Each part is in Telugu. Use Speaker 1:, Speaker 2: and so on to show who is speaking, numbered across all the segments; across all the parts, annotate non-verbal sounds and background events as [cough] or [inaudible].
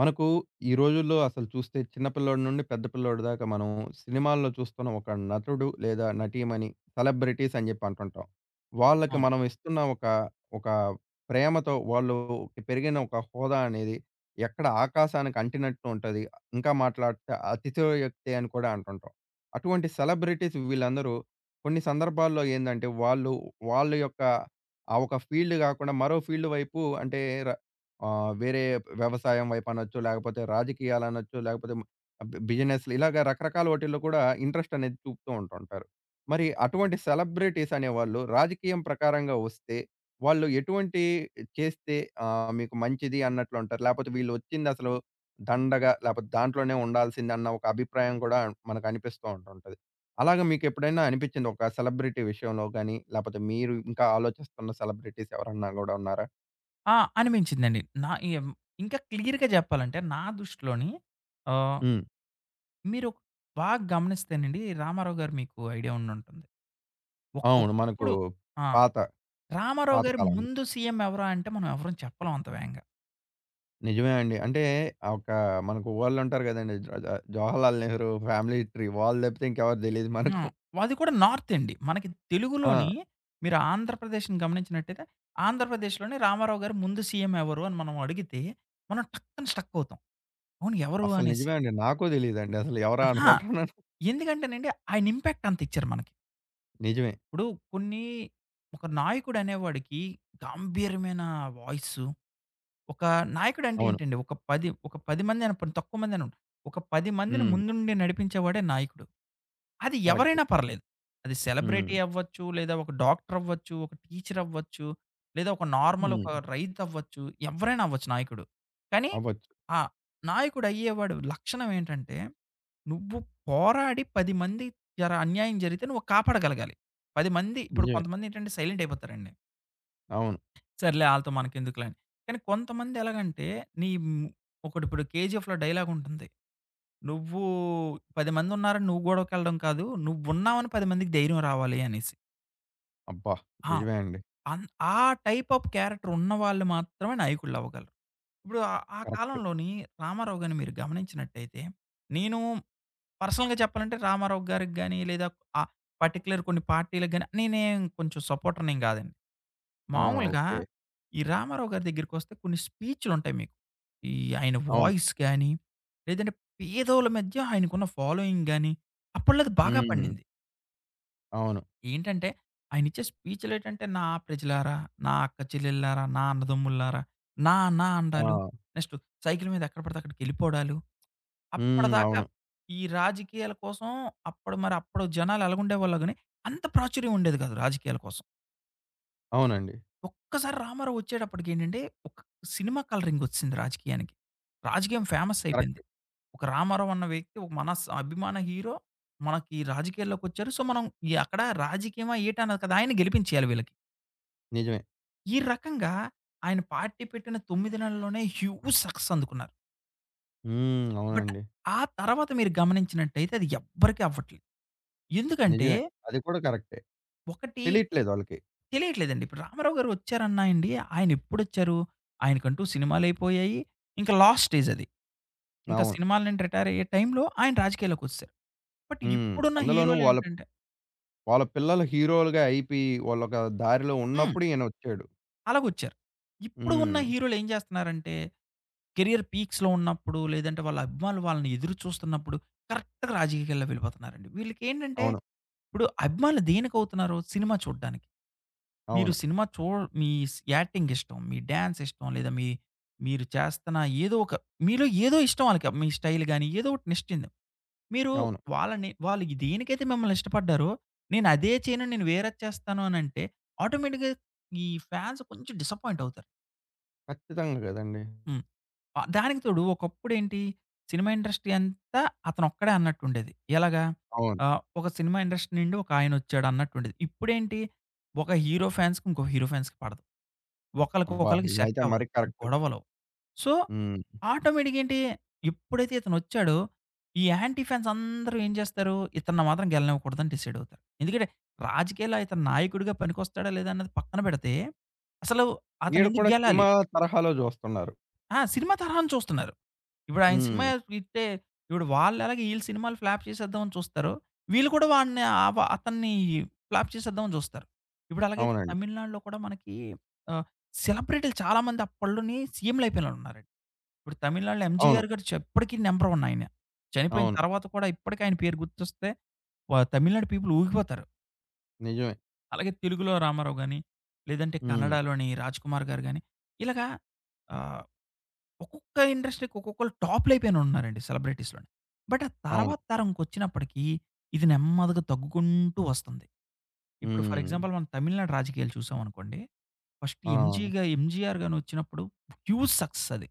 Speaker 1: మనకు ఈ రోజుల్లో అసలు చూస్తే చిన్న పిల్లోడి నుండి పెద్ద పిల్లోడి దాకా మనం సినిమాల్లో చూస్తున్న ఒక నటుడు లేదా నటీమణి సెలబ్రిటీస్ అని చెప్పి అంటుంటాం. వాళ్ళకి
Speaker 2: అవును.
Speaker 1: మనం ఇస్తున్న ఒక ప్రేమతో వాళ్ళు పెరిగిన ఒక హోదా అనేది ఎక్కడ ఆకాశానికి అంటినట్టు ఉంటది. ఇంకా మాట్లాడితే అతిశయోక్తి అని కూడా అంటుంటాం. అటువంటి సెలబ్రిటీస్ వీళ్ళందరూ కొన్ని సందర్భాల్లో ఏందంటే వాళ్ళు వాళ్ళ యొక్క ఆ ఒక ఫీల్డ్ కాకుండా మరో ఫీల్డ్ వైపు అంటే ర వేరే వ్యవసాయం వైపనొచ్చు, లేకపోతే రాజకీయాలనొచ్చు, లేకపోతే మ్ బి బిజినెస్‌లు ఇలాగ రకరకాల వాటిల్లో కూడా ఇంట్రెస్ట్ అనేది చూపుతూ ఉంటుంటారు. మరి అటువంటి సెలబ్రిటీస్ అనేవాళ్ళు రాజకీయం ప్రకారంగా వస్తే, వాళ్ళు ఎటువంటి చేస్తే మీకు మంచిది అన్నట్లుంటారు? లేపోతే వీళ్ళొచ్చిందసలు దండగ, లేపోతే దాంట్లోనే ఉండాల్సిందన్న ఒక అభిప్రాయం కూడా మనకు అనిపిస్తూ ఉంటుంటది. అలాగ మీకెప్పుడైనా అనిపిచ్చిందా ఒక సెలబ్రిటీ విషయంలో గాని, లేపోతే మీరు ఇంకా ఆలోచిస్తున్న సెలబ్రిటీస్ ఎవరన్నా గూడా ఉన్నారా?
Speaker 2: ఆ! అనిపించిందండి. నా ఎం ఇంకా క్లియర్‌గా చెప్పాలంటే నా దృష్టిలోని ఆహ్,
Speaker 1: హ్మ్.
Speaker 2: మీరు బాగా గమనిస్తేనండి 'రామారావు' గారు మీకు ఐడియా ఉండుంటుంది.
Speaker 1: అవును. మనకు
Speaker 2: ఒకప్పుడు ఆ!
Speaker 1: పాత,
Speaker 2: 'రామారావు'
Speaker 1: పాత
Speaker 2: గారి
Speaker 1: కాలం.
Speaker 2: ముందు సీఎం ఎవరా అంటే మనం ఎవరం చెప్పలేం అంత వేగంగా.
Speaker 1: నిజమే అండి. అంటే ఒక మనకు వోళ్ళుంటారు గదండీ! జ జ 'జవహర్లాల్ నెహ్రూ ఫ్యామిలీ ట్రీ' వాళ్ళు తప్పితే ఇంకెవరు తెలీదు
Speaker 2: ఆ!
Speaker 1: మనకు.
Speaker 2: అది కూడా నార్త్ అండి. మనకి తెలుగులోని
Speaker 1: ఆ!
Speaker 2: మీరు ఆంధ్రప్రదేశ్‌ని గమనించినట్టయితే ఆంధ్రప్రదేశ్‌లోని 'రామారావు' గారి ముందు సీఎం ఎవరు అని మనం అడిగితే మనం టక్కన స్ట్రక్ అవుతాం. అవును ఎవరు
Speaker 1: అసలు
Speaker 2: అనేసి.
Speaker 1: నిజమే అండి. నాకు తెలీదండి. అసలు ఎవరా
Speaker 2: అహా!
Speaker 1: అనుకుంటున్నాను.
Speaker 2: ఎందుకంటేనండి ఆయన ఇంపాక్ట్ అంత ఇచ్చారు మనకి.
Speaker 1: నిజమే.
Speaker 2: ఇప్పుడు కొన్ని ఒక నాయకుడు అనేవాడికి గాంభీర్యమైన వాయిసు, ఒక నాయకుడు అంటే
Speaker 1: అవును.
Speaker 2: ఏంటండి? ఒక 10 మంది అని తక్కువ మంది అని ఒక 10 మందిని
Speaker 1: హ్మ్.
Speaker 2: ముందుండి నడిపించేవాడే నాయకుడు. అది
Speaker 1: కరెక్ట్.
Speaker 2: ఎవరైనా పర్లేదు. అది
Speaker 1: హ్మ్.
Speaker 2: సెలబ్రిటీ అవ్వచ్చు, లేదా ఒక డాక్టర్ అవ్వచ్చు, ఒక టీచర్ అవ్వచ్చు, లేదా ఒక నార్మల్ ఒక
Speaker 1: హ్మ్.
Speaker 2: రైతు అవ్వచ్చు, ఎవ్వరైనా అవ్వచ్చు నాయకుడు. కానీ
Speaker 1: అవ్వచ్చు.
Speaker 2: ఆ నాయకుడు అయ్యేవాడు లక్షణం ఏంటంటే, నువ్వు పోరాడి 10 మంది జర అన్యాయం జరిగితే నువ్వు కాపాడగలగాలి. 10 మంది ఇప్పుడు
Speaker 1: నిజమే.
Speaker 2: కొంతమంది ఏంటంటే సైలెంట్ అయిపోతారండి.
Speaker 1: అవును.
Speaker 2: సర్లే ఆళ్ళతో మనకెందుకులే అని. కానీ కొంతమంది ఎలాగంటే నీ ఒకటిప్పుడు 'కేజీఎఫ్‌లో' డైలాగ్ ఉంటుంది. నువ్వు 10 మందున్నారని నువ్వు గొడవకెళ్ళడం కాదు. నువ్వున్నావని 10 మందికి ధైర్యం రావాలి అనేసి.
Speaker 1: అబ్బా!
Speaker 2: ఆ!
Speaker 1: నిజమే అండి.
Speaker 2: అన్ ఆ టైప్ ఆఫ్ క్యారెక్టర్ ఉన్నవాళ్ళు మాత్రమే నాయకుళ్ళవ్వగలరు. ఇప్పుడు ఆ ఆ
Speaker 1: కరెక్ట్.
Speaker 2: కాలంలోని రామారావు గారిని మీరు గమనించినట్టయితే, నేను పర్సనల్‌గా చెప్పాలంటే రామారావు గారికి గాని, లేదా ఆ పర్టిక్యులర్ కొన్ని పార్టీ‌లకి గాని నేనేం కొంచెం సపోర్టర్‌నేం కాదండి.
Speaker 1: ఆ!
Speaker 2: మామూలుగా
Speaker 1: ఓకే.
Speaker 2: ఈ రామారావు గారి దగ్గరికొస్తే కొన్ని స్పీచ్‌లుంటాయి మీకు. ఈ ఆయన
Speaker 1: అవును.
Speaker 2: వాయిస్ గాని, లేదంటే పేదోళ్ళ మధ్య ఆయనకున్న ఫాలోయింగ్ గాని, అప్పట్లో అది బాగా
Speaker 1: హ్మ్.
Speaker 2: పండింది.
Speaker 1: అవును.
Speaker 2: ఏంటంటే, ఆయనిచ్చే స్పీచ్‌లేటంటే, "నా ప్రజలారా, నా అక్క చెల్లెల్లారా, నా అన్నదమ్ముల్లారా, నా నా"
Speaker 1: ఆ!
Speaker 2: అనడాలు, నెక్స్ట్ సైకిల్ మీద ఎక్కడ పడితే అక్కడికెళ్ళిపోవడాలు.
Speaker 1: హ్మ్.
Speaker 2: అప్పటిదాకా
Speaker 1: అవును.
Speaker 2: ఈ రాజకీయాల కోసం అప్పుడు జనాలు ఎలాగుండేవాళ్ళో గాని, అంత ప్రాచుర్యం ఉండేది కాదు రాజకీయాల కోసం.
Speaker 1: అవునండి.
Speaker 2: ఒక్కసారి 'రామారావు' వచ్చేటప్పటికేంటంటే, ఒక సినిమా కలరింగొచ్చేసింది రాజకీయానికి. రాజకీయం ఫేమస్ అయిపోయింది.
Speaker 1: కరెక్ట్.
Speaker 2: ఒక 'రామారావు' అన్న వ్యక్తి ఒక మన అభిమాన హీరో మనకి రాజకీయాల్లోకొచ్చారు. సో, మనం ఈ అక్కడ రాజకీయమా ఏటా అన్నది కాదు. ఆయన్ని గెలిపించేయాలి వీళ్ళకి.
Speaker 1: నిజమే.
Speaker 2: ఈ రకంగా ఆయన పార్టీ పెట్టిన 9 నెలల్లోనే హ్యూజ్ సక్సెస్ అందుకున్నారు.
Speaker 1: హ్మ్.
Speaker 2: బట్
Speaker 1: అవునండి.
Speaker 2: ఆ తర్వాత మీరు గమనించినట్టయితే అది ఎవ్వరికీ అవ్వట్లేదు. ఎందుకంటే
Speaker 1: నిజమే. అది కూడా కరెక్టే.
Speaker 2: ఒకటి
Speaker 1: తెలియట్లేదు వాళ్ళకి.
Speaker 2: తెలియట్లేదండి. ఇప్పుడు 'రామారావు' గారు వచ్చారన్నా అండి ఆయనెప్పుడొచ్చారు? ఆయనకంటూ సినిమాలయిపోయాయి. ఇంకా లాస్ట్ స్టేజ్ అది. ఇంకా
Speaker 1: అవును.
Speaker 2: సినిమాల నుండి రిటైర్ అయ్యే టైంలో ఆయన రాజకీయాల్లోకొచ్చేసారు. బట్
Speaker 1: హ్మ్.
Speaker 2: ఇప్పుడున్న
Speaker 1: అందులోనూ వాళ్ళ
Speaker 2: హీరోలేంటంటే
Speaker 1: వాళ్ళ పిల్లలు హీరోలుగా అయిపోయి, వాళ్ళొక దారిలో
Speaker 2: హ్మ్.
Speaker 1: ఉన్నప్పుడు ఈయనొచ్చాడు.
Speaker 2: అలాగొచ్చారు. ఇప్పుడు ఉన్న
Speaker 1: హ్మ్.
Speaker 2: హీరోలు ఏం చేస్తున్నారంటే, కెరియర్ పీక్స్‌లో ఉన్నప్పుడు, లేదంటే వాళ్ళ అభిమానులు వాళ్ళని ఎదురు చూస్తున్నప్పుడు కరెక్ట్‌గా రాజకీయాల్లో వెళ్ళిపోతున్నారండి. వీళ్ళకేంటంటే,
Speaker 1: అవును.
Speaker 2: ఇప్పుడు అభిమానులు దేనికవుతున్నారు? సినిమా చూడ్డానికి. మీరు
Speaker 1: అవును.
Speaker 2: సినిమా చూ మీ యాక్టింగ్ ఇష్టం, మీ డాన్స్ ఇష్టం, లేదా మీరు చేస్తున్న ఏదో ఒక మీలో ఏదో ఇష్టం ఆళ్ళకి. మీ స్టైల్ గాని, ఏదో ఒకటి నిష్టింద. మీరు
Speaker 1: అవును.
Speaker 2: వాళ్ళని వాళ్ళు దేనికైతే మిమ్మల్ని ఇష్టపడ్డారో, నేను అదే చేయను, నేను వేరేది చేస్తాను అనంటే, ఆటోమేటిక్‌గా ఈ ఫాన్స్ కొంచెం డిసప్పాయింట్ అవుతారు.
Speaker 1: ఖచ్చితంగా గదండీ!
Speaker 2: హ్మ్. దానికి తోడు ఒకప్పుడేంటి, సినిమా ఇండస్ట్రీ అంతా అతనొక్కడే అన్నట్టుండేది. ఎలాగా?
Speaker 1: అవును.
Speaker 2: ఒక సినిమా ఇండస్ట్రీ నుండి ఒక ఆయనొచ్చాడు అన్నట్టుండేది. ఇప్పుడేంటి, ఒక హీరో ఫాన్స్‌కి ఇంకో హీరో ఫాన్స్‌కి పడదు. ఒకళ్ళకి
Speaker 1: అబ్బా!
Speaker 2: ఒకళ్ళకి సెట్
Speaker 1: ఇదైతే
Speaker 2: అవ్వదు.
Speaker 1: మరి కరెక్ట్.
Speaker 2: గొడవలు. సో,
Speaker 1: హ్మ్.
Speaker 2: ఆటోమేటిక్‌గా ఏంటి, ఎప్పుడైతే ఇతనొచ్చాడో, ఈ యాంటీ ఫాన్స్ అందరూ ఏం చేస్తారు, ఇతన్ని మాత్రం గెలనివ్వకూడదని డిసైడ్ అవుతారు. ఎందుకంటే, రాజకీయాల్లో ఇతను నాయకుడిగా పనికొస్తాడా లేదా అన్నది పక్కన పెడితే, అసలు
Speaker 1: ఈడ
Speaker 2: అతనెందుకు
Speaker 1: కూడా
Speaker 2: గెలాలి?
Speaker 1: సినిమా తరహాలో జూస్తున్నారు.
Speaker 2: ఆ! సినిమా తరహాను చూస్తున్నారు. ఇప్పుడు ఆయన సినిమా
Speaker 1: హ్మ్.
Speaker 2: హిట్టే ఇప్పుడు వాళ్ళెలాగా ఈళ్ళ సినిమాలు ఫ్లాప్ చేసేద్దామని చూస్తారో, వీళ్ళు కూడా వాడిని ఆవ అతన్ని ఫ్లాప్ చేసేద్దామని చూస్తారు. ఇప్పుడు అలాగైతే
Speaker 1: అవునండి.
Speaker 2: తమిళనాడులో కూడా మనకి ఆహ్, సెలబ్రిటీలు చాలామంది అప్పట్లోని సీఎం‌లయిపోయినోళ్ళున్నారండి. ఇప్పుడు తమిళనాడులో
Speaker 1: అవును.
Speaker 2: 'ఎంజీఆర్' గారు ఇప్పటికి నంబర్ 1 ఆయన. చనిపోయిన
Speaker 1: అవును.
Speaker 2: తర్వాత కూడా ఇప్పటికి ఆయన పేరు గుర్తొస్తే తమిళనాడు పీపుల్ ఊగిపోతారు.
Speaker 1: నిజమే.
Speaker 2: అలాగే తెలుగులో రామారావు గాని, లేదంటే
Speaker 1: హ్మ్.
Speaker 2: కన్నడలోని 'రాజ్‌కుమార్' గారు గాని, ఇలాగా ఆహ్, ఒక్కొక్క ఇండస్ట్రీకి ఒక్కొక్కళ్ళు టాప్‌లయిపోయిన ఉన్నారండి సెలబ్రిటీస్‌లోని. బట్ ఆ
Speaker 1: అవును.
Speaker 2: తర్వాత తరంకొచ్చినప్పటికి ఇది నెమ్మదిగా తగ్గుకుంటూ వస్తుంది. ఇప్పుడు ఫర్
Speaker 1: హ్మ్.
Speaker 2: ఎగ్జాంపుల్ మనం తమిళనాడు రాజకీయాలు చూసామనుకోండి. ఫస్ట్
Speaker 1: ఆ!
Speaker 2: 'ఎంజీ' గా 'ఎంజీఆర్' గారు వచ్చినప్పుడు హ్యూజ్ సక్సెస్ అది.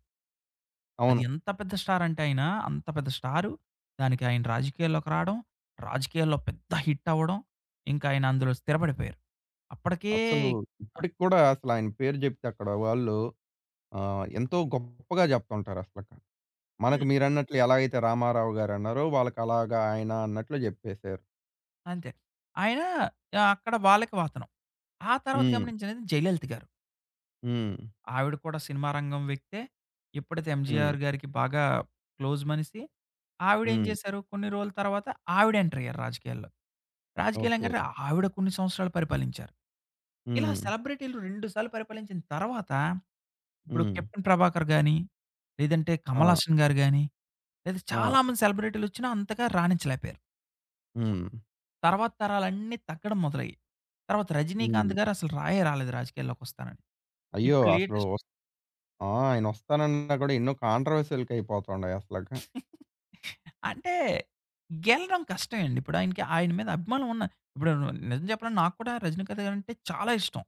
Speaker 2: అది
Speaker 1: అవును.
Speaker 2: ఎంత పెద్ద స్టార్ అంటే ఆయన, అంత పెద్ద స్టారు. దానికి ఆయన రాజకీయాల్లోకి రాడం, రాజకీయాల్లో పెద్ద హిట్ అవ్వడం, ఇంకా ఆయన అందులో స్థిరపడిపోయారు. అప్పటికే
Speaker 1: అసలు
Speaker 2: ఆహ్,
Speaker 1: ఇప్పటికి కూడా అసలాయన పేరు జెప్తే అక్కడ వాళ్ళు ఎంతో గొప్పగా జెప్తుంటారసలక. మనకు
Speaker 2: హ్మ్.
Speaker 1: మీరన్నట్లు ఎలాగైతే రామారావు గారన్నారో, వాళ్ళకలాగా ఆయన అన్నట్లు జెప్పేశారు.
Speaker 2: అంతే. ఆయన అక్కడ వాళ్ళకి వాతనం. ఆ తర్వాత
Speaker 1: హ్మ్.
Speaker 2: గమనించినది జయలలిత గారు.
Speaker 1: హ్మ్.
Speaker 2: ఆవిడ కూడా సినిమా రంగం వ్యక్తే. ఇప్పటిది
Speaker 1: హ్మ్.
Speaker 2: ఎంజీఆర్ గారికి బాగా క్లోజ్ మనిషి. ఆవిడేం
Speaker 1: హ్మ్.
Speaker 2: చేశారు, కొన్ని రోజుల తర్వాత ఆవిడ ఎంటర్ అయ్యారు రాజకీయాల్లో. రాజకీయాలు
Speaker 1: ఓకే.
Speaker 2: ఏంటంటే ఆవిడ కొన్ని సంవత్సరాలు పరిపాలించారు. ఇలా
Speaker 1: హ్మ్.
Speaker 2: సెలబ్రిటీలు 2 సార్లు పరిపాలించిన తర్వాత, ఇప్పుడు
Speaker 1: హ్మ్.
Speaker 2: 'కెప్టెన్ ప్రభాకర్' గాని, లేదంటే
Speaker 1: ఆ!
Speaker 2: 'కమల్ హాసన్' గారు గాని, లేదా
Speaker 1: ఆ!
Speaker 2: చాలామంది సెలబ్రిటీలొచ్చినా అంతగా రాణించలేకపోయారు.
Speaker 1: హ్మ్.
Speaker 2: తర్వాత తరాలన్నీ తగ్గడం మొదలయ్యాయి. తర్వాత 'రజనీకాంత్'
Speaker 1: హ్మ్.
Speaker 2: గారు అసలు రాయే రాలేదు రాజకీయాల్లోకొస్తానని.
Speaker 1: అయ్యో!
Speaker 2: ఇప్పుడు
Speaker 1: అసలు
Speaker 2: లేటెస్ట్
Speaker 1: ఒస్ ఆ! ఆయనొస్తానన్నా గూడా ఎన్నో కాంట్రవర్సీ‌లకయిపోతుండయి అసలక.
Speaker 2: [laughs] అంటే గెలడం కష్టమే అండి. ఇప్పుడు ఆయనకి ఆయన మీద అభిమానం ఉన్న ఇప్పుడు నిజం చెప్పాలంటే నాకు కూడా 'రజనీకాంత్' గారంటే చాలా ఇష్టం.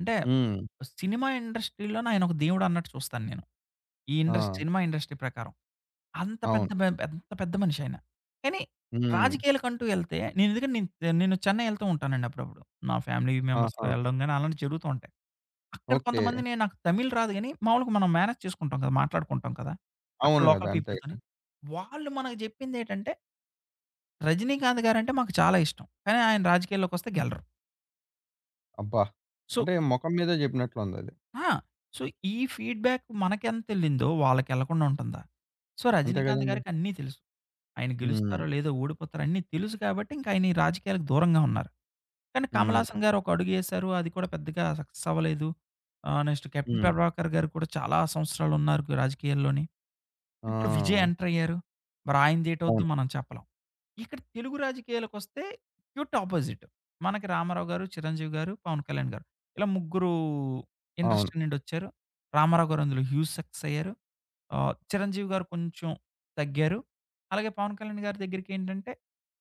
Speaker 2: అంటే
Speaker 1: హ్మ్.
Speaker 2: సినిమా ఇండస్ట్రీలోనే ఆయన ఒక దేవుడన్నట్టు చూస్తాను నేను. ఈ ఇండస్ట్రీ
Speaker 1: ఆ!
Speaker 2: సినిమా ఇండస్ట్రీ ప్రకారం. అంత పెద్ద
Speaker 1: అవును.
Speaker 2: మ ఎంత పెద్ద మనిషి ఆయన. కానీ
Speaker 1: హ్మ్.
Speaker 2: రాజకీయాలకంటూ ఎళ్తే నేనెందుకంటే నేను నేను చెన్నై ఎళ్తూ ఉంటానండి అప్పుడప్పుడు. నా ఫ్యామిలీ మెంబర్స్‌తో
Speaker 1: ఆహా!
Speaker 2: ఎళ్ళడం గాని అలాంటివి జరుగుతూ ఉంటాయి. అక్కడ
Speaker 1: ఓకే.
Speaker 2: కొంతమందిని నాకు తమిళ్ రాదు గాని మామూలుగా మనం మేనేజ్ చేసుకుంటాం కదా! మాట్లాడుకుంటాం కదా! అక్కడ
Speaker 1: అవును
Speaker 2: లోకల్
Speaker 1: గదా! అంతే
Speaker 2: పీపుల్‌తోని.
Speaker 1: గదా!
Speaker 2: వాళ్ళు మనకు జెప్పిందేటంటే 'రజినీకాంత్' గారంటే మాకు చాలా ఇష్టం. కానీ ఆయన రాజకీయాల్లోకొస్తే గెలరు.
Speaker 1: అబ్బా!
Speaker 2: సో
Speaker 1: అంటే మొఖం మీదే జెప్పినట్లుందది.
Speaker 2: ఆ! సో ఈ ఫీడ్‌బ్యాక్ మనకెంతెళ్ళిందో వాళ్ళకెళ్ళకుండా ఉంటుందా? సో
Speaker 1: అంతే
Speaker 2: 'రజినీకాంత్'
Speaker 1: గదండీ!
Speaker 2: గారికి అన్నీ తెలుసు. ఆయన
Speaker 1: హ్మ్.
Speaker 2: గెలుస్తారో లేదో ఓడిపోతారో అన్నీ తెలుసు కాబట్టి ఇంక ఆయన ఈ రాజకీయాలకు దూరంగా ఉన్నారు. కానీ కమల్
Speaker 1: హ్మ్.
Speaker 2: హాసన్ గారు ఒక అడుగేశారు. అది కూడా పెద్దగా సక్సెస్ అవ్వలేదు. నెక్స్ట్ కెప్టెన్
Speaker 1: హ్మ్.
Speaker 2: ప్రభాకర్ గారు కూడా చాలా సంవత్సరాలున్నారు రాజకీయాల్లోని. ఇప్పుడు విజయ్
Speaker 1: ఆ!
Speaker 2: ఎంటర్ అయ్యారు. మరి ఆయనదేటవుద్దో
Speaker 1: అవును.
Speaker 2: మనం చెప్పలేం. ఇక్కడ తెలుగు రాజకీయాలకొస్తే క్యూట్ అపోజిట్. మనకి రామారావు గారు, చిరంజీవి గారు, పవన్ కళ్యాణ్ గారు. ఇలా ముగ్గురు
Speaker 1: అవును.
Speaker 2: ఇండస్ట్రీ నుండొచ్చారు. రామారావు గారు అందులో హ్యూజ్ సక్సెస్ అయ్యారు. 'చిరంజీవి' గారు కొంచెం తగ్గారు. అలాగే 'పవన్ కళ్యాణ్' గారి దగ్గరికేంటంటే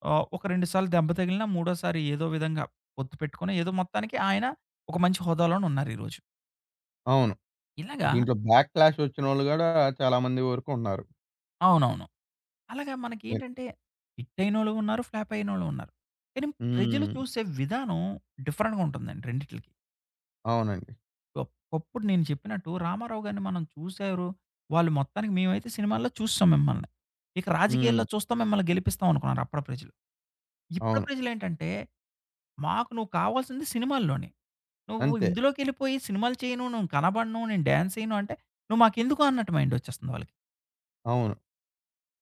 Speaker 2: ఒక 2 సార్లు దెబ్బ తగిలినా మూడోసారి ఏదో విధంగా పొత్తు పెట్టుకొని ఏదో మొత్తానికి ఆయన ఒక మంచి హోదాలోనే ఉన్నారు ఈరోజు.
Speaker 1: అవును.
Speaker 2: ఇలాగా
Speaker 1: దీంట్లో బ్యాక్ క్లాష్ వచ్చినోళ్ళు గూడా చాలామంది వరకు ఉన్నారు.
Speaker 2: అవునవును. అలాగా
Speaker 1: మీరు
Speaker 2: మనకేంటంటే హిట్టయినోళ్ళు ఉన్నారు, ఫ్లాప్ అయినోళ్ళు ఉన్నారు. కానీ ప్రజలు
Speaker 1: హ్మ్.
Speaker 2: చూసే విధానం డిఫరెంట్‌గా ఉంటుందండి రెండిట్లికి.
Speaker 1: అవునండి.
Speaker 2: ఒకప్పుడు నేను చెప్పినట్టు 'రామారావు' గారిని మనం చూసారు, వాళ్ళు మొత్తానికి మేమైతే సినిమాల్లో చూసాం మిమ్మల్ని. ఇక రాజకీయాల్లో
Speaker 1: హ్మ్.
Speaker 2: చూస్తాం మిమ్మల్ని గెలిపిస్తాం అనుకున్నారు అప్పటి ప్రజలు. ఇప్పుడు
Speaker 1: అవును.
Speaker 2: ప్రజలేంటంటే, మాకు నువ్వు కావాల్సింది సినిమాల్లోనే. నువ్వు
Speaker 1: అంతే.
Speaker 2: ఇందులోకెళ్ళిపోయి సినిమాలు చేయను, నేను కనబడను, నేను డాన్స్ చేయను అంటే, నువ్వు మాకెందుకు అన్నట్టు మైండొచ్చేస్తుంది వాళ్ళకి.
Speaker 1: అవును.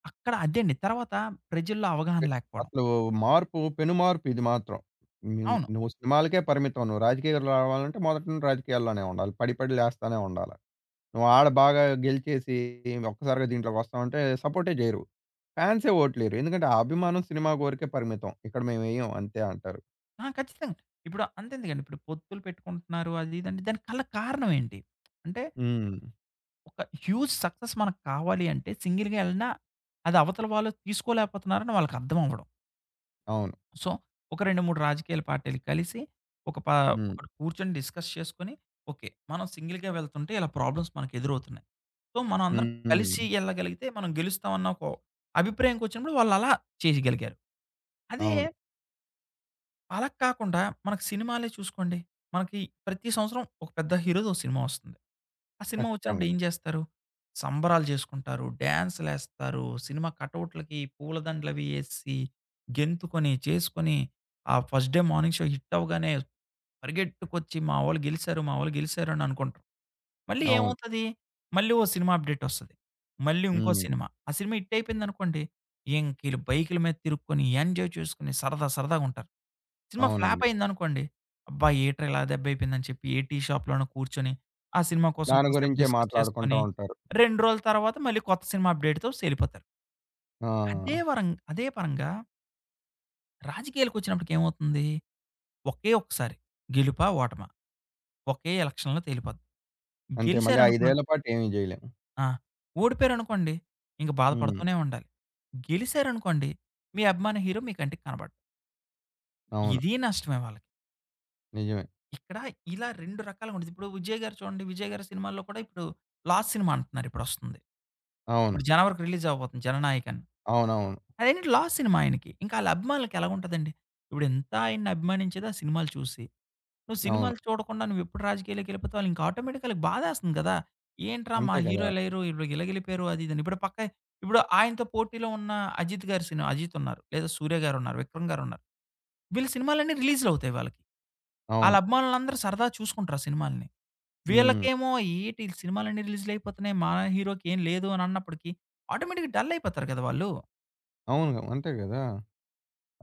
Speaker 2: అక్కడ అదండి. తర్వాత ప్రజల్లో అవగాహన
Speaker 1: పె
Speaker 2: లేకపోవడం.
Speaker 1: అసలు మార్పు పెను మార్పు ఇది మాత్రం. హ్మ్.
Speaker 2: అవును.
Speaker 1: నువ్వు సినిమాలకే పరిమితం. నువ్వు రాజకీయాలు రావాలంటే మొదట నుండి రాజకీయాల్లోనే ఉండాలి. పడి పడి లేస్తానే ఉండాల. నువ్వు ఆడ బాగా గెలిచేసి ఒక్కసారిగా దీంట్లోకి వస్తావంటే సపోర్టే జేయరు. ఫ్యాన్సే ఓట్లేయరు. ఎందుకంటే ఆ అభిమానం సినిమా వరకే పరిమితం. ఇక్కడ మేమెయ్యం అంతే అంటారు.
Speaker 2: ఆ! ఖచ్చితంగా. ఇప్పుడు అంతెందుకండి, ఇప్పుడు పొత్తులు పెట్టుకుంటున్నారు అది ఇది అంటే దానికి కల కారణం ఏంటి? అంటే
Speaker 1: హ్మ్.
Speaker 2: ఒక హ్యూజ్ సక్సెస్ మనకు కావాలి అంటే సింగిల్‌గా ఎళ్ళినా అది అవతల వాళ్ళు తీసుకోలేకపోతున్నారని వాళ్ళకి అర్థం అవ్వడం.
Speaker 1: అవును.
Speaker 2: సో, ఒక 2, 3 రాజకీయాల పార్టీలు కలిసి ఒక పా
Speaker 1: హ్మ్.
Speaker 2: ఒకటి కూర్చొని డిస్కస్ చేసుకొని, ఓకే. మనం సింగిల్‌గా వెళ్తుంటే ఇలా ప్రాబ్లమ్స్ మనకు ఎదురవుతున్నాయి. సో, మనం అందరం
Speaker 1: హ్మ్.
Speaker 2: కలిసి ఎళ్ళగలిగితే మనం గెలుస్తామన్న ఒక అభిప్రాయంకొచ్చినప్పుడు వాళ్ళలా చేయగలిగారు. అదే
Speaker 1: అవును.
Speaker 2: అలా కాకుండా మనకు సినిమాలే చూసుకోండి. మనకి ప్రతి సంవత్సరం ఒక పెద్ద హీరో‌దో సినిమా వస్తుంది. ఆ సినిమా వచ్చినప్పుడు
Speaker 1: ఖచ్చితంగా.
Speaker 2: ఏం చేస్తారు? సంబరాలు చేసుకుంటారు, డాన్స్‌లేస్తారు, సినిమా కటౌట్‌లకి పూలదండలవి ఏసి, గెంతుకొని, చేసుకొని, ఆ first day morning show hit అవ్వగానే పరిగెట్టుకొచ్చి మా వోళ్ళు గెలిసారు, మా వోళ్ళు గెలిసారు అని అనుకుంటాం. మళ్ళీ
Speaker 1: అవును.
Speaker 2: ఏమవుతది? మళ్ళీ ఓ సినిమా అప్డేట్ ఒస్తది. మళ్ళీ ఇంకో
Speaker 1: హ్మ్.
Speaker 2: సినిమా. ఆ సినిమా హిట్ అయిపోయిందనుకోండి, ఇంక ఈళ్ళు బైకుల మీద తిరుక్కొని, ఎంజాయ్ చేసుకొని సరదా సరదాగుంటారు. సినిమా ఫ్లాప్
Speaker 1: అవునండి.
Speaker 2: అయిందనుకోండి, అబ్బా! ఏట్రా ఇలా దెబ్బయిపోయిందని చెప్పి ఏ టీ షాప్‌లోనో కూర్చొని, ఆ సినిమా కోసం
Speaker 1: దాని
Speaker 2: కాసేపు
Speaker 1: గురించే
Speaker 2: డిస్కస్
Speaker 1: మాట్లాడుకుంటా
Speaker 2: చేసుకొని,
Speaker 1: ఉంటారు.
Speaker 2: 2 రోజుల తర్వాత మళ్ళీ కొత్త సినిమా అప్డేట్‌తో సెళ్ళిపోతారు. అదే
Speaker 1: ఆ!
Speaker 2: వరం అదే పరంగా రాజకీయాలకొచ్చినప్పటికి ఏమవుతుంది? ఒకే ఒక్కసారి గెలుపా? ఓటమా? ఒకే ఎలక్షన్‌లో తేలిపోద్ది.
Speaker 1: అంతే మళ్ళీ
Speaker 2: గెలిసారనుకో
Speaker 1: 5 ఏళ్ల పాటు ఏమి జేయలేము.
Speaker 2: ఆ! ఓడిపోయారనుకోండి, ఇంక
Speaker 1: హ్మ్.
Speaker 2: బాధపడుతూనే ఉండాలి. గెలిసారనుకోండి, మీ అభిమాన హీరో మీ కంటికి కనపడ్డు.
Speaker 1: అవును.
Speaker 2: ఇది నష్టమే వాళ్ళకి.
Speaker 1: నిజమే.
Speaker 2: ఇక్కడ ఇలా 2 రకాలుగా ఉంటది. ఇప్పుడు 'విజయ్' గారు చూడండి. 'విజయ్' గారి సినిమాల్లో కూడా ఇప్పుడు 'లాస్ట్' సినిమా అంటున్నారు ఇప్పుడొస్తుంది.
Speaker 1: అవును.
Speaker 2: ఇప్పుడు జనవరికి రిలీజ్ అవ్వబోతుంది 'జననాయక్' అని.
Speaker 1: అవునవును.
Speaker 2: అదేంటంటే లాస్ సినిమా ఆయనకి. ఇంకా ఆళ్ళ అభిమానులకి ఎలాగుంటదండి? ఇప్పుడు ఎంత ఆయన్ని అభిమానించేది ఆ సినిమాలు చూసి. నువ్వు
Speaker 1: అవును.
Speaker 2: సినిమాలు చూడకుండా నువ్వెప్పుడు రాజకీయాల్లోకెళ్ళిపోతావు ఆటోమేటిక్‌గా ఆళ్ళకి బాధేస్తుంది కదా! ఏంట్రా మా
Speaker 1: అంతే
Speaker 2: హీరో
Speaker 1: కదా!
Speaker 2: ఇలా ఎయ్యరు, ఇప్పుడు ఇలాగెళ్ళిపోయారు అది ఇది అని. ఇప్పుడు ఆయనతో పోటీలో ఉన్న అజిత్ గారి సినిమా అజిత్ ఉన్నారు. లేదా సూర్య గారున్నారు, విక్రమ్ గారున్నారు. వీళ్ళ సినిమాలన్నీ రిలీజ్‌లవుతాయి వాళ్ళకి. ఆళ్ళ
Speaker 1: అవును.
Speaker 2: అభిమానులందరూ సరదాగా చూసుకుంటారు ఆ సినిమాల్ని.
Speaker 1: హ్మ్.
Speaker 2: వీళ్ళకేమో ఏటి ఈళ్ళ సినిమాలన్నీ రిలీజ్‌లయిపోతున్నాయి. మా హీరోకి ఏం లేదు అని అన్నప్పటికి ఆటోమేటిక్‌గా డల్ అయిపోతారు కదా! వాళ్ళు.
Speaker 1: అవును. అంతే గదా!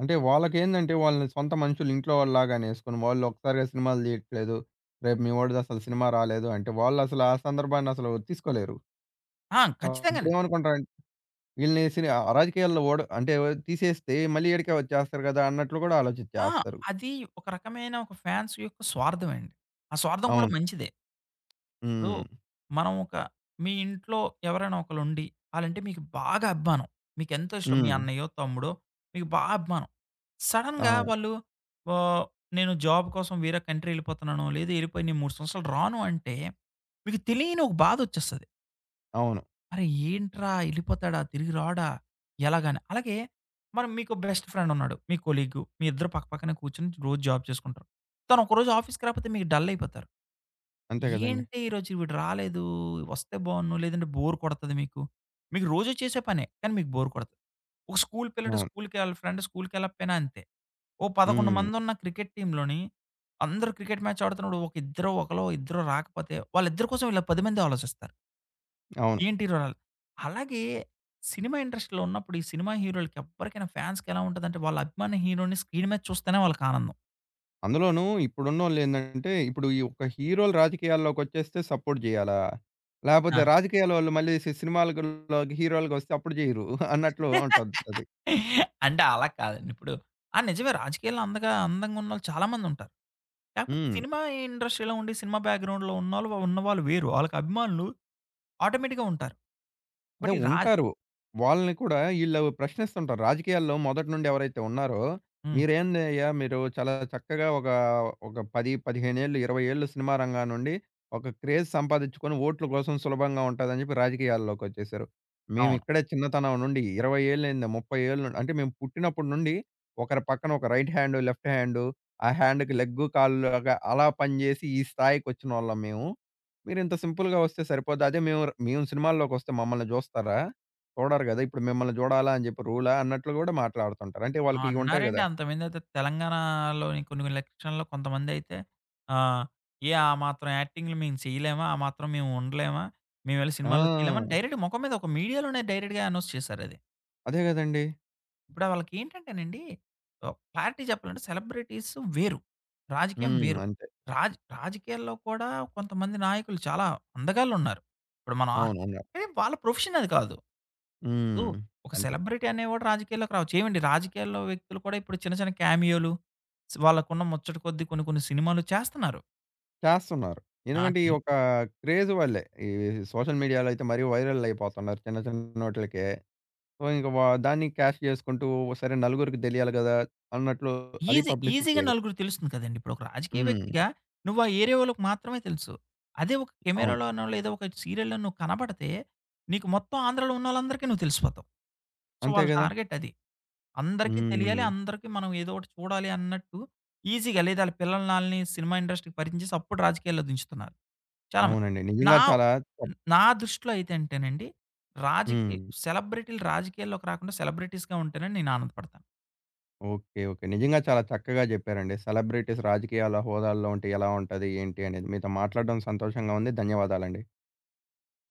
Speaker 1: అంటే వాళ్ళకేందంటే వాళ్ళని సొంత మనుషులు ఇంట్లో వాళ్ళలాగానే యేసుకొని వాళ్ళు ఒక్కసారిగా సినిమాలు తీయట్లేదు. రేపు మీ వోడిది అసలు సినిమా రాలేదు అంటే వాళ్ళసలు ఆ సందర్భాన్ని అసలు తీసుకోలేరు.
Speaker 2: ఆ! ఖచ్చితంగానే.
Speaker 1: అప్పుడేమనుకుంటారంటే వీళ్ళని అరాజకీయాల్లో ఓడ అంటే తీసేస్తే మళ్ళీ ఈడికే వచ్చేస్తారు గదా! అన్నట్లు గూడా
Speaker 2: ఆ!
Speaker 1: ఆలోచించేస్తారు.
Speaker 2: అది ఒక రకమైన ఒక ఫాన్స్ యొక్క స్వార్థమండి. ఆ స్వార్థం కూడా
Speaker 1: అవును.
Speaker 2: మంచిదే. ఇప్పుడు
Speaker 1: హ్మ్.
Speaker 2: మనం ఒక మీ ఇంట్లో ఎవరైనా ఒకలుండి, ఆళ్ళంటే మీకు బాగా అభిమానం. మీకెంతో ఇష్టం. మీ
Speaker 1: హ్మ్.
Speaker 2: అన్నయ్యో, తమ్ముడో మీకు బాగా అభిమానం.
Speaker 1: ఆ!
Speaker 2: సడెన్‌గా వాళ్ళు ఆహ్, నేను జాబ్ కోసం వేరే కంట్రీ ఎళ్ళిపోతున్నాను, లేదా ఎళ్ళిపోయి నేను 3 సంవత్సరాలు రాను అంటే, మీకు తెలియని ఒక బాధొచ్చేస్తది.
Speaker 1: అవును.
Speaker 2: అరే! ఏంట్రా ఎళ్ళిపోతాడా? తిరిగి రాడా? ఎలాగని. అలాగే మనం మీకు బెస్ట్ ఫ్రెండ్ ఉన్నాడు. మీ కొలీగ్. మీ ఇద్దరు పక్కనే కూర్చొని రోజు జాబ్ చేసుకుంటారు. తను ఒకరోజు ఆఫీస్‌కి రాకపోతే మీకు డల్ అయిపోతారు.
Speaker 1: అంతే గదండీ!
Speaker 2: ఏంటి ఈరోజు వీడు రాలేదు, వస్తే బావున్ను, లేదంటే బోర్ కొడతది మీకు. మీకు రోజు చేసే పనే. కానీ మీకు బోర్ కొడతది. ఒక స్కూల్ పిల్లడు
Speaker 1: అవును.
Speaker 2: స్కూల్‌కి ఆళ్ళ ఫ్రెండ్ స్కూల్‌కెళ్ళకపోయినా అంతే. ఓ 11
Speaker 1: హ్మ్.
Speaker 2: మందున్న క్రికెట్ టీమ్‌లోని అందరూ క్రికెట్ మ్యాచ్ ఆడుతున్నప్పుడు ఒక ఇద్దరో, ఒకలో ఇద్దరో రాకపోతే వాళ్ళిద్దరి కోసం ఇలా 10 మంది ఆలోచిస్తారు.
Speaker 1: అవును.
Speaker 2: ఏంటి రుణాలు. అలాగే సినిమా ఇండస్ట్రీలో ఉన్నప్పుడు ఈ సినిమా హీరోలకి ఎవ్వరికైనా ఫ్యాన్స్‌కి ఎలా ఉంటదంటే వాళ్ళ అభిమాన హీరోని స్క్రీన్ మీద చూస్తేనే వాళ్ళకి ఆనందం.
Speaker 1: అందులోనూ ఇప్పుడున్నోళ్ళేందంటే, ఇప్పుడు ఈ ఒక హీరోలు రాజకీయాల్లోకొచ్చేస్తే సపోర్ట్ జేయాలా?
Speaker 2: ఆ!
Speaker 1: లేపోతే రాజకీయాలోళ్ళు మళ్ళీ సినిమాలలోకి హీరోలుగొస్తే అప్పుడు జెయ్యరు అన్నట్లు ఉంటది.
Speaker 2: అంటే అలా కాదండి. ఇప్పుడు ఆ! నిజమే రాజకీయాల్లో అందగా అందంగా ఉన్నోళ్ళు చాలా మందుంటారు. కాకపోతే
Speaker 1: హ్మ్.
Speaker 2: సినిమా ఇండస్ట్రీలో ఉండి సినిమా బ్యాక్‌గ్రౌండ్‌లో ఉన్నవాళ్ళు వేరు. ఆళ్ళకి అభిమానులు ఆటోమేటిక్‌గా ఉంటారు.
Speaker 1: అదే
Speaker 2: బట్ ఈ రా
Speaker 1: ఉంటారు. వాళ్ళని కూడా ఈళ్ళు ప్రశ్నిస్తుంటారు. రాజకీయాల్లో మొదటి నుండి ఎవరైతే ఉన్నారో,
Speaker 2: హ్మ్.
Speaker 1: "మీరేందయ్యా మీరు చాలా చక్కగా ఒక 10, 15 ఏళ్ళు, 20 ఏళ్ళు సినిమా రంగం నుండి ఒక క్రేజ్ సంపాదించుకొని ఓట్ల కోసం సులభంగా ఉంటదని" చెప్పి రాజకీయాల్లోకొచ్చేసారు.
Speaker 2: అవును.
Speaker 1: మేమిక్కడే చిన్నతనం నుండి 20 ఏళ్ళేంది, 30 ఏళ్ళు నుండి, అంటే మేము పుట్టినప్పటి నుండి ఒకరి పక్కన ఒక రైట్ హ్యాండు, లెఫ్ట్ హ్యాండు, ఆ హ్యాండ్‌కి లెగ్గు, కాళ్ళు లాగా అలా పనిజేసి ఈ స్థాయికొచ్చినోళ్ళం మేము. మీరింత సింపుల్‌గా వస్తే సరిపోద్ది. అదే మేము మేము సినిమాల్లోకొస్తే మమ్మల్ని జూస్తారా? చూడరు గదా! ఇప్పుడు మిమ్మల్ని జూడాలా అని జెప్పి రూలా అన్నట్లు గూడా మాట్లాడుతుంటారు. అంటే
Speaker 2: ఆ!
Speaker 1: వాళ్ళకి ఇవుంటాయి
Speaker 2: అన్నారండి.
Speaker 1: గదా!
Speaker 2: అంతమందైతే తెలంగాణలోని కొన్ని కొన్ని ఎలక్షన్‌లో కొంతమందైతే ఆహ్, ఏ ఆ మాత్రం యాక్టింగ్‌లు మేము చేయలేమా? ఆ మాత్రం మేము ఉండలేమా? మేమెళ్లి సినిమాల్లో చేయలేమా? అని
Speaker 1: ఆ!
Speaker 2: డైరెక్ట్‌గా మొఖం మీద ఒక మీడియాలోనే డైరెక్ట్‌గా అనౌన్స్ చేశారది.
Speaker 1: అదే గదండీ.
Speaker 2: ఇప్పుడు వాళ్ళకేంటంటేనండి క్లారిటీ చెప్పాలంటే సెలబ్రిటీస్ వేరు. రాజకీయం
Speaker 1: హ్మ్.
Speaker 2: వేరు.
Speaker 1: అంతే.
Speaker 2: రాజకీయాల్లో కూడా కొంతమంది నాయకులు చాలా అందగాళ్ళున్నారు. ఇప్పుడు మనం
Speaker 1: అవును. ఉన్నారు.
Speaker 2: కానీ వాళ్ళ ప్రొఫెషన్ అది కాదు. ఇప్పుడు
Speaker 1: హ్మ్.
Speaker 2: ఒక
Speaker 1: అంతే.
Speaker 2: సెలబ్రిటీ అనేవాడు రాజకీయాల్లోకి రావచ్చు. ఏవండి రాజకీయాల్లో వ్యక్తులు కూడా ఇప్పుడు చిన్న చిన్న క్యామియోలు, వాళ్ళకున్న ముచ్చట కొద్దీ కొన్ని కొన్ని సినిమాలు చేస్తున్నారు.
Speaker 1: చేస్తున్నారు. ఎందుకంటే ఈ
Speaker 2: ఆటి
Speaker 1: ఒక క్రేజ్ వల్లే. ఈ సోషల్ మీడియాలో అయితే మరీ వైరల్ అయిపోతున్నారు చిన్న చిన్నోటిలకే. సో, ఇంక దాన్ని క్యాష్ జేసుకుంటూ సరే నలుగురికి దెలియాలి గదా! అన్నట్లు అది
Speaker 2: ఈజీగా
Speaker 1: పబ్లిసిటీయే.
Speaker 2: నలుగురికి తెలుస్తుంది కదండీ! ఇప్పుడు ఒక రాజకీయ
Speaker 1: హ్మ్.
Speaker 2: వ్యక్తిగా నువ్వు ఆ ఏరియా వాళ్ళకి మాత్రమే తెలుసు. అదే ఒక
Speaker 1: అవును.
Speaker 2: కెమెరాలోనో లేదా ఒక సీరియల్‌లోనో నువ్వు కనపడితే, నీకు మొత్తం ఆంధ్రాలో ఉన్నోళ్ళందరికీ నువ్వు తెలిసిపోతావు. సో,
Speaker 1: అంతే
Speaker 2: వాళ్ళ
Speaker 1: గదా!
Speaker 2: టార్గెట్ అది. అందరికీ తెలియాలి.
Speaker 1: హ్మ్.
Speaker 2: అందరికి మనం ఏదో ఒకటి చూడాలి అన్నట్టు ఈజీగా లేదా ఆళ్ళ పిల్లల్ని ఆళ్ళని సినిమా ఇండస్ట్రీకి పరిచయం చేసి అప్పుడు రాజకీయాల్లో దించుతున్నారు. చాలా మంది.
Speaker 1: అవునండి.
Speaker 2: నా
Speaker 1: నిజంగా చాలా చక్.
Speaker 2: నా దృష్టిలో అయితే అంటేనండి రాజకీ
Speaker 1: హ్మ్.
Speaker 2: సెలబ్రిటీలు రాజకీయాల్లోకి రాకుండా సెలబ్రిటీస్‌గా ఉంటేనే నేను ఆనందపడతాను.
Speaker 1: ఓకే. ఓకే. నిజంగా చాలా చక్కగా జెప్పారండి. సెలబ్రిటీస్ రాజకీయాల హోదాల్లో ఉంటే ఎలా ఉంటది? ఏంటి? అనేది మీతో మాట్లాడడం సంతోషంగా ఉంది. ధన్యవాదాలండి.